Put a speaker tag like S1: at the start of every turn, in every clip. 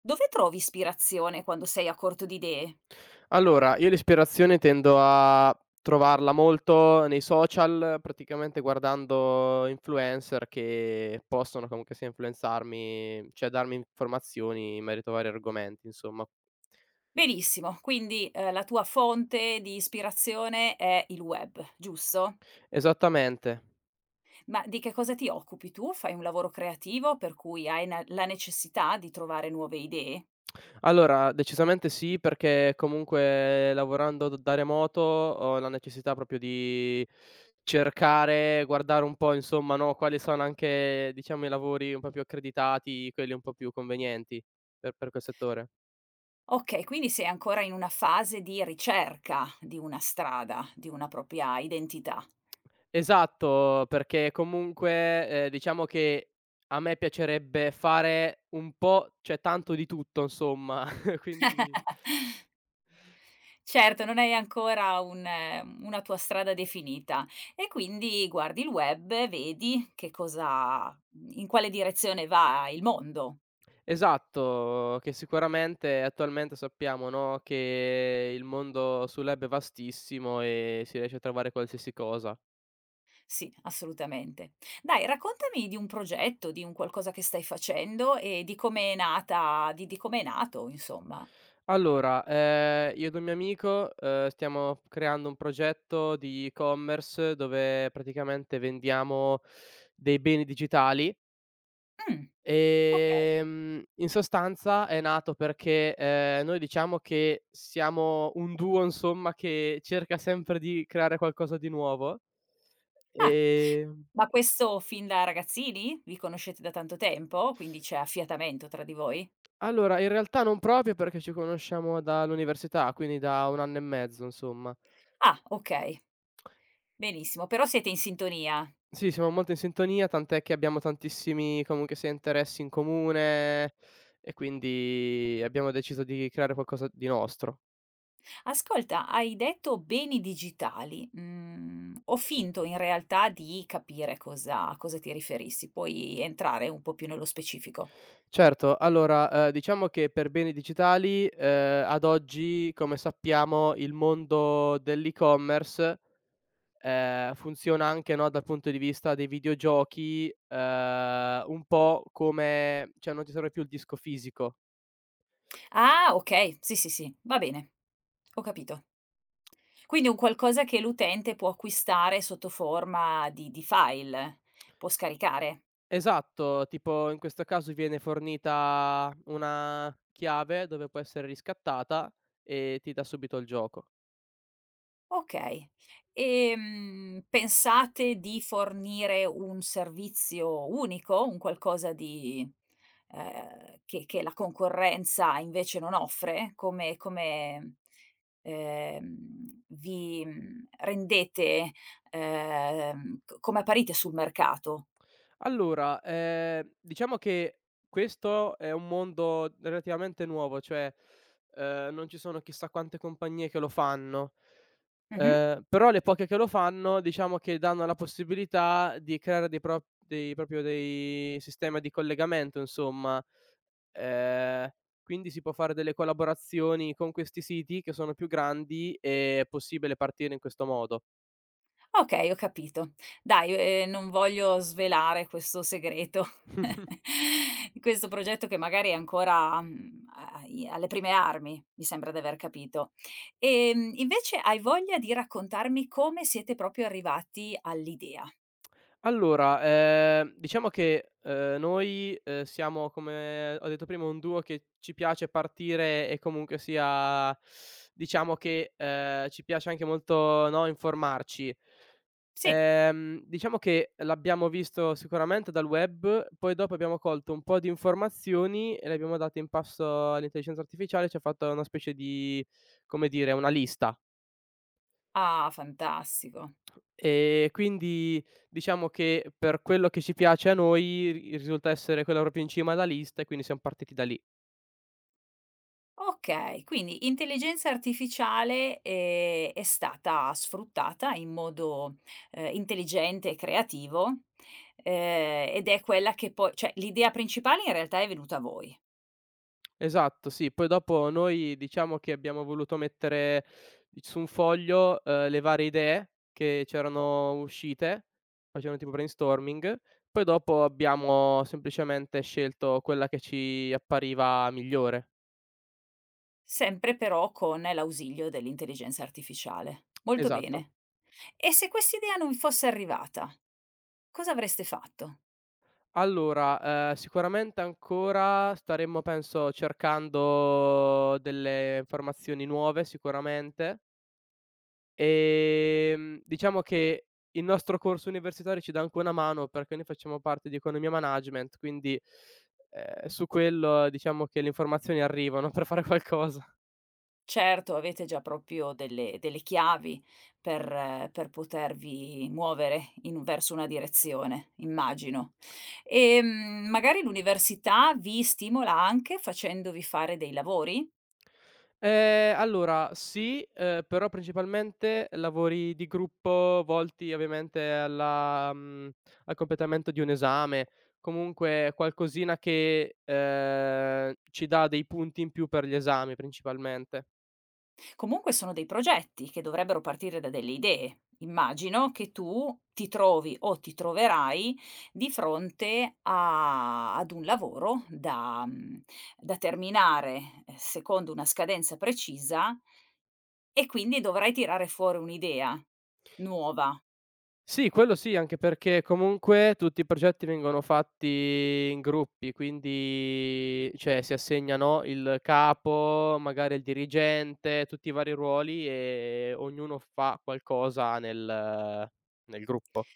S1: Dove trovi ispirazione quando sei a corto di idee?
S2: Allora, io l'ispirazione tendo a trovarla molto nei social, praticamente guardando influencer che possono comunque sia influenzarmi, cioè darmi informazioni in merito a vari argomenti, insomma.
S1: Benissimo, quindi, la tua fonte di ispirazione è il web, giusto?
S2: Esattamente.
S1: Ma di che cosa ti occupi tu? Fai un lavoro creativo per cui hai na la necessità di trovare nuove idee?
S2: Allora, decisamente sì, perché comunque lavorando d da remoto ho la necessità proprio di cercare, guardare un po' insomma, no, quali sono anche, diciamo, i lavori un po' più accreditati, quelli un po' più convenienti per quel settore.
S1: Okay, quindi sei ancora in una fase di ricerca di una strada, di una propria identità.
S2: Esatto, perché comunque, diciamo che a me piacerebbe fare un po', cioè tanto di tutto insomma, quindi.
S1: Certo, non hai ancora un una tua strada definita e quindi guardi il web, vedi che cosa in quale direzione va il mondo.
S2: Esatto, che sicuramente attualmente sappiamo, no, che il mondo sul web è vastissimo e si riesce a trovare qualsiasi cosa.
S1: Sì, assolutamente. Dai, raccontami di un progetto, di un qualcosa che stai facendo e di come è nata di come è nato insomma.
S2: Allora, io ed un mio amico, stiamo creando un progetto di e-commerce dove praticamente vendiamo dei beni digitali.
S1: Mh, okay.
S2: In sostanza è nato perché, noi diciamo che siamo un duo insomma che cerca sempre di creare qualcosa di nuovo.
S1: Ah,
S2: Ehm,
S1: ma questo fin da ragazzini? Vi conoscete da tanto tempo? Quindi c'è affiatamento tra di voi?
S2: allora in realtà non proprio perché ci conosciamo dall'università, quindi da 1 anno e mezzo insomma.
S1: Ah, okay, benissimo, però siete in sintonia.
S2: Sì, siamo molto in sintonia, tant'è che abbiamo tantissimi comunque sia interessi in comune e quindi abbiamo deciso di creare qualcosa di nostro.
S1: Ascolta, hai detto beni digitali. Mhmm, ho finto in realtà di capire cosa ti riferissi, puoi entrare un po' più nello specifico.
S2: Certo, allora, diciamo che per beni digitali, ad oggi, come sappiamo, il mondo dell'e-commerce funziona anche, no, dal punto di vista dei videogiochi, un po' come cioè non ci serve più il disco fisico.
S1: Ah, okay, sì, sì, sì, va bene. Ho capito. Quindi un qualcosa che l'utente può acquistare sotto forma di file, può scaricare?
S2: Esatto, tipo in questo caso viene fornita una chiave dove può essere riscattata e ti dà subito il gioco.
S1: Okay. Pensate di fornire un servizio unico, un qualcosa di che la concorrenza invece non offre? Ehm, rendete c come apparite sul mercato?
S2: Allora, diciamo che questo è un mondo relativamente nuovo, cioè, non ci sono chissà quante compagnie che lo fanno,
S1: Mh-mh.
S2: però le poche che lo fanno, diciamo che danno la possibilità di creare dei pro dei proprio dei sistema di collegamento insomma. Ehm, quindi si può fare delle collaborazioni con questi siti che sono più grandi, e è possibile partire in questo modo.
S1: Okay, ho capito. Dai, non voglio svelare questo segreto, di questo progetto che magari è ancora, mhmm, ai alle prime armi, mi sembra di aver capito. Invece hai voglia di raccontarmi come siete proprio arrivati all'idea?
S2: Allora, diciamo che, noi, siamo come ho detto prima un duo che ci piace partire e comunque sia diciamo che, ci piace anche molto, no, informarci.
S1: Sì,
S2: Diciamo che l'abbiamo visto sicuramente dal web, poi dopo abbiamo colto un po' di informazioni e le abbiamo date in pasto all'intelligenza artificiale, ci ha fatto una specie di come dire, una lista.
S1: ah fantastico.
S2: Quindi diciamo che per quello che ci piace a noi ri risulta essere quella proprio in cima alla lista e quindi siam partiti da lì.
S1: Okay, quindi intelligenza artificiale, è stata sfruttata in modo, intelligente e creativo, ed è quella che poi cioè l'idea principale in realtà è venuta a voi,
S2: Esatto, sì. Poi dopo noi diciamo che abbiamo voluto mettere su un foglio, le varie idee che c'erano uscite, facevano tipo brainstorming, poi dopo abbiamo semplicemente scelto quella che ci appariva migliore.
S1: sempre però con l'ausilio dell'intelligenza artificiale. Molto
S2: Esatto.
S1: bene. E se quest'idea non vi fosse arrivata, cosa avreste fatto?
S2: Allora, sicuramente ancora staremmo penso cercando delle informazioni nuove sicuramente. Diciamo che il nostro corso universitario ci dà anche una mano, perché noi facciamo parte di economia management, quindi, su quello diciamo che le informazioni arrivano per fare qualcosa.
S1: Certo, avete già proprio delle chiavi per potervi muovere in verso una direzione, immagino. Magari l'università vi stimola anche facendovi fare dei lavori?
S2: Allora sì, però principalmente lavori di gruppo volti ovviamente alla al completamento di un esame, comunque qualcosina che, ci dà dei punti in più per gli esami principalmente.
S1: Comunque sono dei progetti che dovrebbero partire da delle idee. Immagino che tu ti trovi o ti troverai di fronte a ad un lavoro da mhmm, da terminare, secondo una scadenza precisa. E quindi dovrai tirare fuori un'idea nuova.
S2: Sì, quello sì, anche perché comunque tutti i progetti vengono fatti in gruppi, quindi cioè si assegnano il capo, magari il dirigente, tutti i vari ruoli e ognuno fa qualcosa nel gruppo.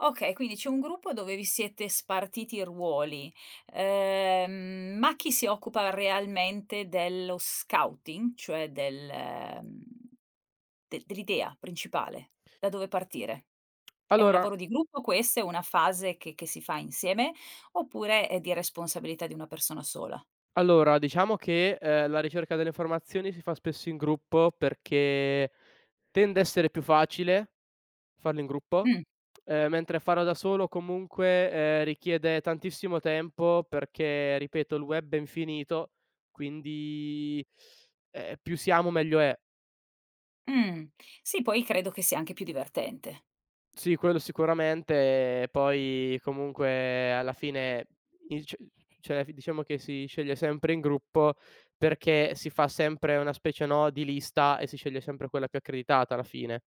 S1: Okay, quindi c'è un gruppo dove vi siete spartiti i ruoli, ma chi si occupa realmente dello scouting, cioè del mhmm, de dell'idea principale, da dove partire? È un
S2: Allora
S1: lavoro di gruppo questo? È una fase che si fa insieme, oppure è di responsabilità di una persona sola?
S2: allora diciamo che, la ricerca delle informazioni si fa spesso in gruppo perché tende a essere più facile farlo in gruppo.
S1: Mh,
S2: Mentre farlo da solo comunque, richiede tantissimo tempo perché, ripeto, il web è infinito, quindi, più siamo meglio è.
S1: mh. Sì, poi credo che sia anche più divertente.
S2: Sì, quello sicuramente, poi comunque alla fine il c cioè diciamo che si sceglie sempre in gruppo perché si fa sempre una specie, no, di lista e si sceglie sempre quella più accreditata alla fine.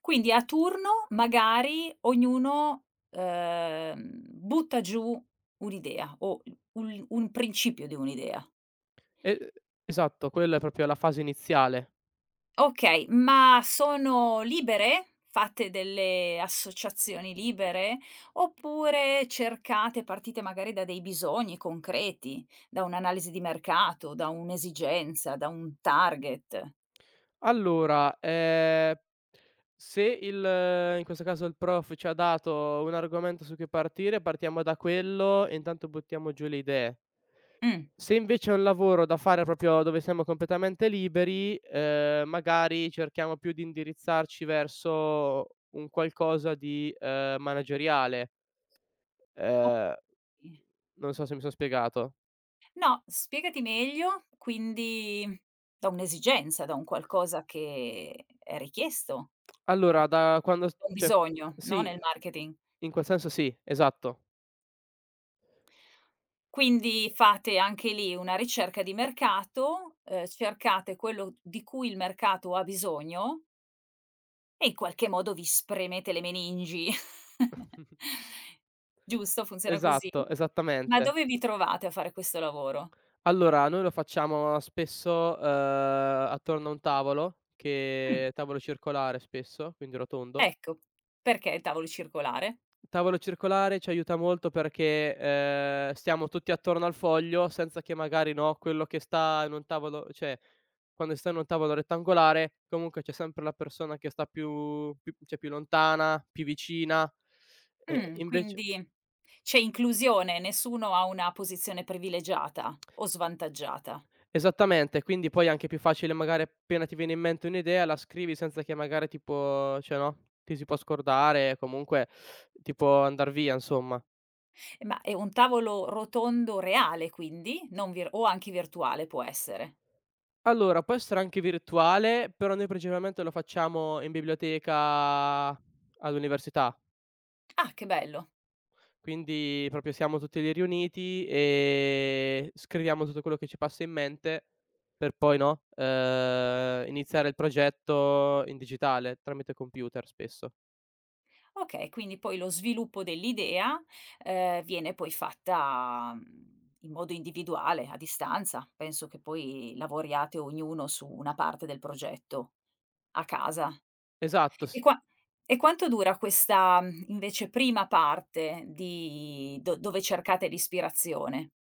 S1: Quindi a turno magari ognuno, butta giù un'idea o un principio di un'idea.
S2: E esatto, quella è proprio la fase iniziale.
S1: Okay, ma sono libere? Fate delle associazioni libere? Oppure cercate partite magari da dei bisogni concreti, da un'analisi di mercato, da un'esigenza, da un target?
S2: Allora, se il in questo caso il prof ci ha dato un argomento su cui partire, partiamo da quello e intanto buttiamo giù le idee.
S1: Mh,
S2: Se invece è un lavoro da fare proprio dove siamo completamente liberi, magari cerchiamo più di indirizzarci verso un qualcosa di, manageriale. Ehm,
S1: okay.
S2: non so se mi son spiegato.
S1: No, spiegati meglio, quindi mhmm, da un'esigenza, da un qualcosa che è richiesto,
S2: Allora da quando s
S1: un
S2: cioè
S1: bisogno, no, nel
S2: sì,
S1: marketing.
S2: in quel senso sì, esatto.
S1: Quindi fate anche lì una ricerca di mercato, cercate quello di cui il mercato ha bisogno e in qualche modo vi spremete le meningi. Giusto? Funziona così?
S2: Esatto,
S1: Ma
S2: esattamente.
S1: dove vi trovate a fare questo lavoro?
S2: Allora, noi lo facciamo spesso, attorno a un tavolo
S1: Mh,
S2: che tavolo circolare spesso, quindi rotondo.
S1: ecco, perché il tavolo circolare?
S2: Tavolo circolare ci aiuta molto perché, stiamo tutti attorno al foglio senza che magari, no, quello che sta in un tavolo cioè, quando si sta in un tavolo rettangolare comunque c'è sempre la persona che sta più cioè più lontana, più vicina, e invece.
S1: Quindi c'è inclusione, nessuno ha una posizione privilegiata o svantaggiata.
S2: Esattamente, quindi poi è anche più facile magari appena ti viene in mente un'idea la scrivi senza che magari tipo cioè no, ti si può scordare, comunque ti può andar via insomma.
S1: E ma è un tavolo rotondo reale quindi? Non vir o Anche virtuale può essere?
S2: Allora, può essere anche virtuale, però noi principalmente lo facciamo in biblioteca all'università.
S1: Ah, che bello.
S2: Quindi proprio siamo tutti lì riuniti e scriviamo tutto quello che ci passa in mente per poi, no, iniziare il progetto in digitale, tramite computer spesso.
S1: Okay, quindi poi lo sviluppo dell'idea, viene poi fatta, mhmm, in modo individuale, a distanza. Penso che poi lavoriate ognuno su una parte del progetto a casa.
S2: Esatto,
S1: E
S2: s
S1: qua e quanto dura questa, mhmm, invece prima parte di do dove cercate l'ispirazione?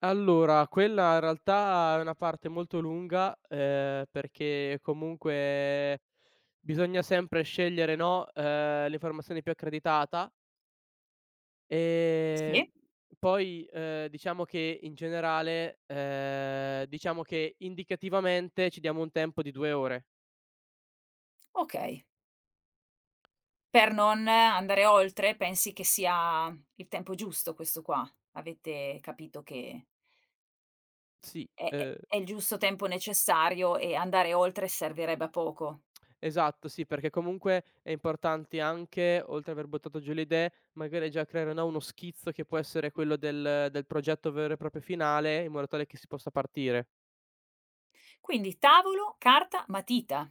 S2: Allora, quella in realtà è una parte molto lunga, perché comunque bisogna sempre scegliere, no, l'informazione più accreditata, ehm,
S1: Sì.
S2: poi, diciamo che in generale, diciamo che indicativamente ci diamo un tempo di 2 ore.
S1: Okay. Per non andare oltre, pensi che sia il tempo giusto questo qua? Avete capito che
S2: Sì, ehm
S1: è il giusto tempo necessario e andare oltre servirebbe a poco.
S2: Esatto, sì, perché comunque è importante anche, oltre ad aver buttato giù le idee, magari già creare, no, uno schizzo che può essere quello del progetto vero e proprio finale, in modo tale che si possa partire.
S1: Quindi tavolo, carta, matita.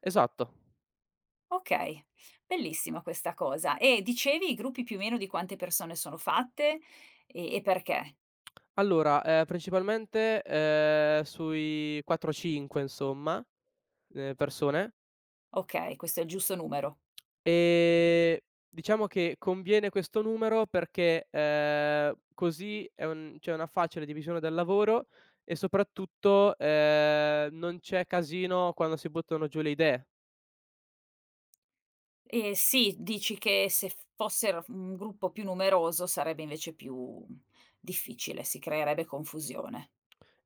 S2: Esatto.
S1: Okay, bellissima questa cosa. E dicevi i gruppi più o meno di quante persone sono fatte e perché?
S2: Allora, principalmente, sui 4, 5 insomma, persone.
S1: Okay, questo è il giusto numero.
S2: Ehm, diciamo che conviene questo numero perché, così è un c'è una facile divisione del lavoro e soprattutto, non c'è casino quando si buttano giù le idee.
S1: E sì, dici che se f fossero un gruppo più numeroso sarebbe invece più difficile, si creerebbe confusione.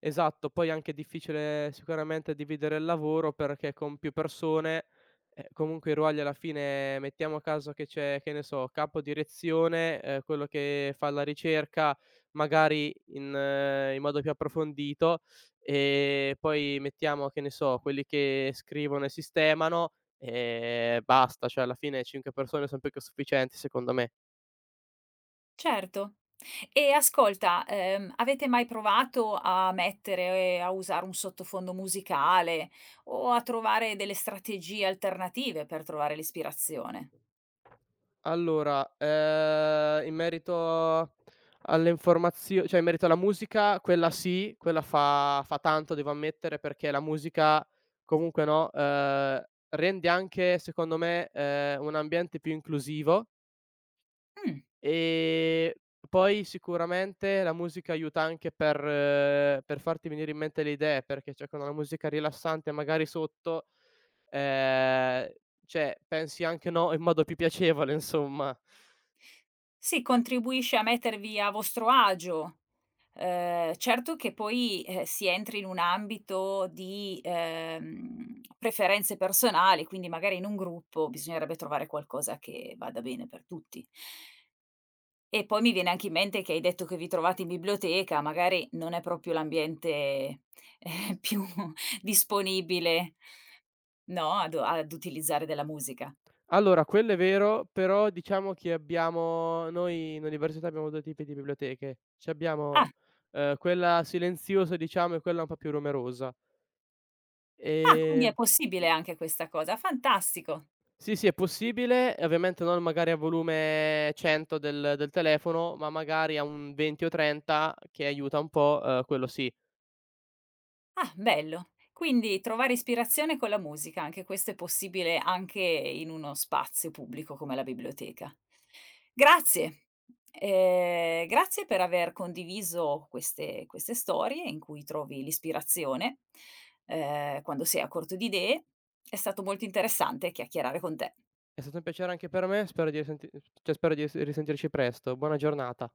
S2: Esatto, poi è anche difficile sicuramente dividere il lavoro perché con più persone, comunque i ruoli alla fine mettiamo a caso che c'è, che ne so, capo direzione, quello che fa la ricerca magari in modo più approfondito, e poi mettiamo, che ne so, quelli che scrivono e sistemano e basta, cioè alla fine 5 persone son più che sufficienti secondo me.
S1: Certo. E ascolta, avete mai provato a usare un sottofondo musicale o a trovare delle strategie alternative per trovare l'ispirazione?
S2: Allora, in merito alle informazio cioè in merito alla musica, quella sì, quella fa tanto devo ammettere, perché la musica comunque, no, rende anche secondo me, un ambiente più inclusivo,
S1: Mh,
S2: ehm, poi sicuramente la musica aiuta anche per farti venire in mente le idee, perché cioè con una musica rilassante magari sotto, ehm, cioè pensi anche, no, in modo più piacevole insomma.
S1: sì, contribuisce a mettervi a vostro agio. Certo che poi, si entri in un ambito di, preferenze personali, quindi magari in un gruppo bisognerebbe trovare qualcosa che vada bene per tutti. E poi mi viene anche in mente che hai detto che vi trovate in biblioteca, magari non è proprio l'ambiente, più disponibile, no, ad utilizzare della musica.
S2: Allora, quello è vero, però diciamo che abbiamo noi in università abbiamo 2 tipi di biblioteche. Ci
S1: Ah,
S2: abbiamo, quella silenziosa diciamo e quella un po' più rumorosa.
S1: ah quindi è
S2: Ehm,
S1: possibile anche questa cosa, fantastico.
S2: sì, sì è possibile, e ovviamente non magari a volume 100 del telefono, ma magari a un 20 o 30 che aiuta un po', quello sì.
S1: Ah, bello. Quindi trovare ispirazione con la musica, anche questo è possibile anche in uno spazio pubblico come la biblioteca. Grazie. Grazie per aver condiviso queste storie in cui trovi l'ispirazione, quando sei a corto di idee. È stato molto interessante chiacchierare con te.
S2: È stato un piacere anche per me, spero di risenti cioè spero di s risentirci presto. Buona giornata.